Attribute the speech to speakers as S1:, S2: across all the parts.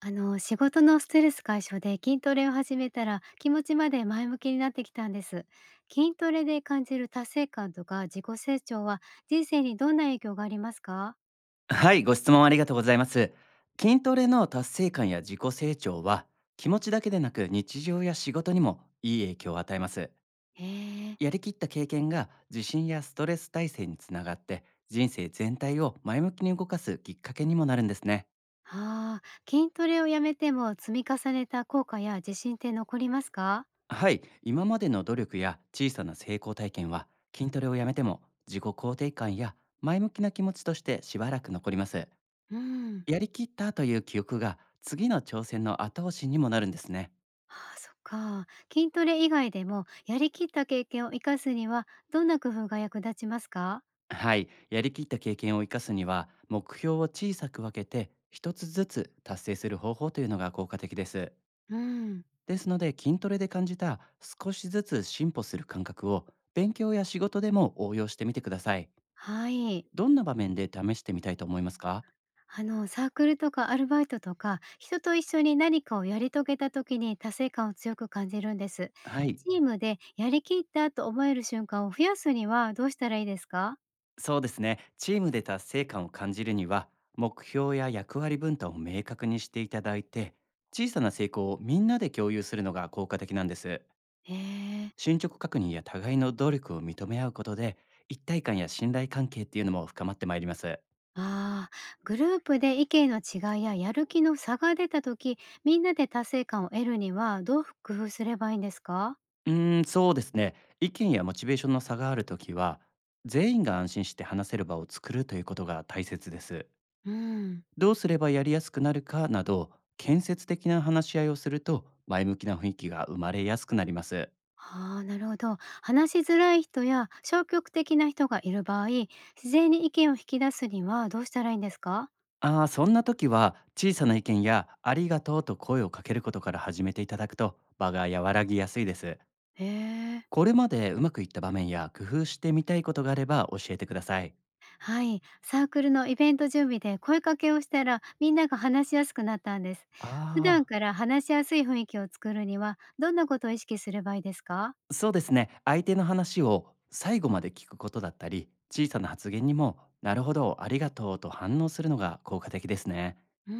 S1: 仕事のストレス解消で筋トレを始めたら気持ちまで前向きになってきたんです。筋トレで感じる達成感とか自己成長は人生にどんな影響がありますか？
S2: はい、ご質問ありがとうございます。筋トレの達成感や自己成長は、気持ちだけでなく日常や仕事にもいい影響を与えます。
S1: へえ。
S2: やりきった経験が自信やストレス耐性につながって、人生全体を前向きに動かすきっかけにもなるんですね。
S1: ああ、筋トレをやめても積み重ねた効果や自信って残りますか？
S2: はい、今までの努力や小さな成功体験は、筋トレをやめても自己肯定感や前向きな気持ちとしてしばらく残ります。
S1: うん。
S2: やりきったという記憶が次の挑戦の後押しにもなるんですね。
S1: ああ、そっか。筋トレ以外でもやりきった経験を生かすにはどんな工夫が役立ちますか？
S2: はい、やりきった経験を生かすには目標を小さく分けて一つずつ達成する方法というのが効果的です。
S1: うん。
S2: ですので筋トレで感じた少しずつ進歩する感覚を勉強や仕事でも応用してみてください。
S1: はい。
S2: どんな場面で試してみたいと思いますか？
S1: あのサークルとかアルバイトとか人と一緒に何かをやり遂げた時に達成感を強く感じるんです。
S2: はい、
S1: チームでやりきったと思える瞬間を増やすにはどうしたらいいですか？
S2: そうですね。チームで達成感を感じるには目標や役割分担を明確にしていただいて、小さな成功をみんなで共有するのが効果的なんです。
S1: へえ。
S2: 進捗確認や互いの努力を認め合うことで、一体感や信頼関係っていうのも深まってまいります。
S1: ああ、グループで意見の違いややる気の差が出た時、みんなで達成感を得るにはどう工夫すればいいんですか？
S2: うーん、そうですね、意見やモチベーションの差があるときは、全員が安心して話せる場を作るということが大切です。
S1: うん。
S2: どうすればやりやすくなるかなど、建設的な話し合いをすると前向きな雰囲気が生まれやすくなります。
S1: ああ、なるほど。話しづらい人や消極的な人がいる場合、自然に意見を引き出すにはどうしたらいいんですか？
S2: そんな時は、小さな意見やありがとうと声をかけることから始めていただくと場が和らぎやすいです。
S1: へえ。
S2: これまでうまくいった場面や工夫してみたいことがあれば教えてください。
S1: はい。サークルのイベント準備で声かけをしたら、みんなが話しやすくなったんです。普
S2: あ
S1: 段から話しやすい雰囲気を作るには、どんなことを意識すればいいですか？
S2: あ、そうですね。相手の話を最後まで聞くことだったり、小さな発言にも、なるほど、ありがとうと反応するのが効果的ですね。
S1: うー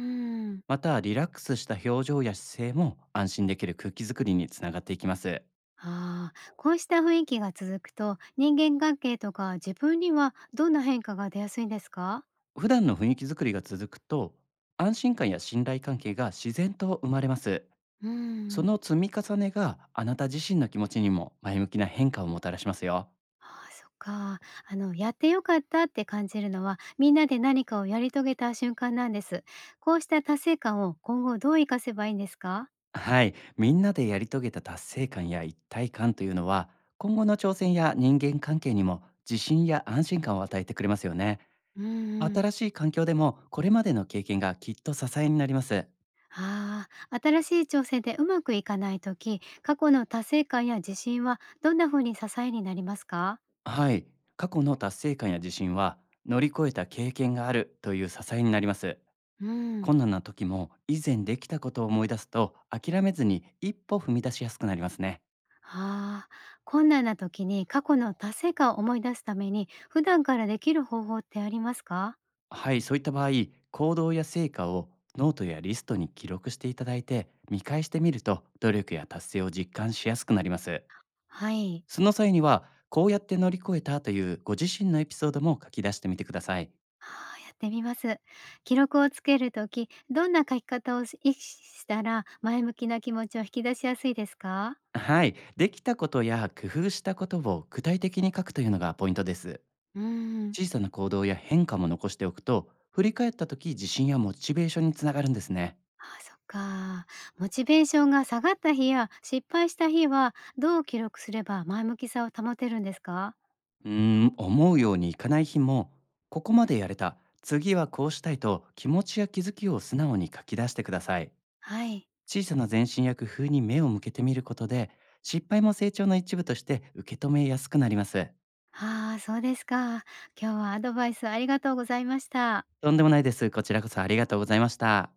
S1: ん、
S2: また、リラックスした表情や姿勢も安心できる空気づくりにつながっていきます。
S1: ああ、こうした雰囲気が続くと、人間関係とか自分にはどんな変化が出やすいんですか？
S2: 普段の雰囲気づくりが続くと、安心感や信頼関係が自然と生まれます。
S1: うー
S2: そ
S1: ん。
S2: の積み重ねがあなた自身の気持ちにも前向きな変化をもたらしますよ。
S1: ああ、そっか。あの、やってよかったって感じるのは、みんなで何かをやり遂げた瞬間なんです。こうした達成感を今後どう活かせばいいんですか？
S2: はい、みんなでやり遂げた達成感や一体感というのは、今後の挑戦や人間関係にも自信や安心感を与えてくれますよね。
S1: うんうん。
S2: 新しい環境でもこれまでの経験がきっと支えになります。
S1: ああ、新しい挑戦でうまくいかないとき、過去の達成感や自信はどんな風に支えになりますか？
S2: はい、過去の達成感や自信は、乗り越えた経験があるという支えになります。
S1: うん。
S2: 困難な時も以前できたことを思い出すと、諦めずに一歩踏み出しやすくなりますね。
S1: ああ、困難な時に過去の達成感を思い出すために、普段からできる方法ってありますか？
S2: はい、そういった場合、行動や成果をノートやリストに記録していただいて、見返してみると努力や達成を実感しやすくなります。
S1: はい。
S2: その際には、こうやって乗り越えたというご自身のエピソードも書き出してみてください。
S1: ああ、やってみます。記録をつけるとき、どんな書き方をし意識したら前向きな気持ちを引き出しやすいですか？
S2: はい、できたことや工夫したことを具体的に書くというのがポイントです。
S1: うん。
S2: 小さな行動や変化も残しておくと、振り返った時自信やモチベーションにつながるんですね。
S1: ああ、そっか。モチベーションが下がった日や失敗した日は、どう記録すれば前向きさを保てるんですか？
S2: うーん、思うようにいかない日も、ここまでやれた、次はこうしたいと気持ちや気づきを素直に書き出してください。
S1: はい。
S2: 小さな前進や工夫に目を向けてみることで、失敗も成長の一部として受け止めやすくなります。
S1: ああ、そうですか。今日はアドバイスありがとうございました。
S2: とんでもないです。こちらこそありがとうございました。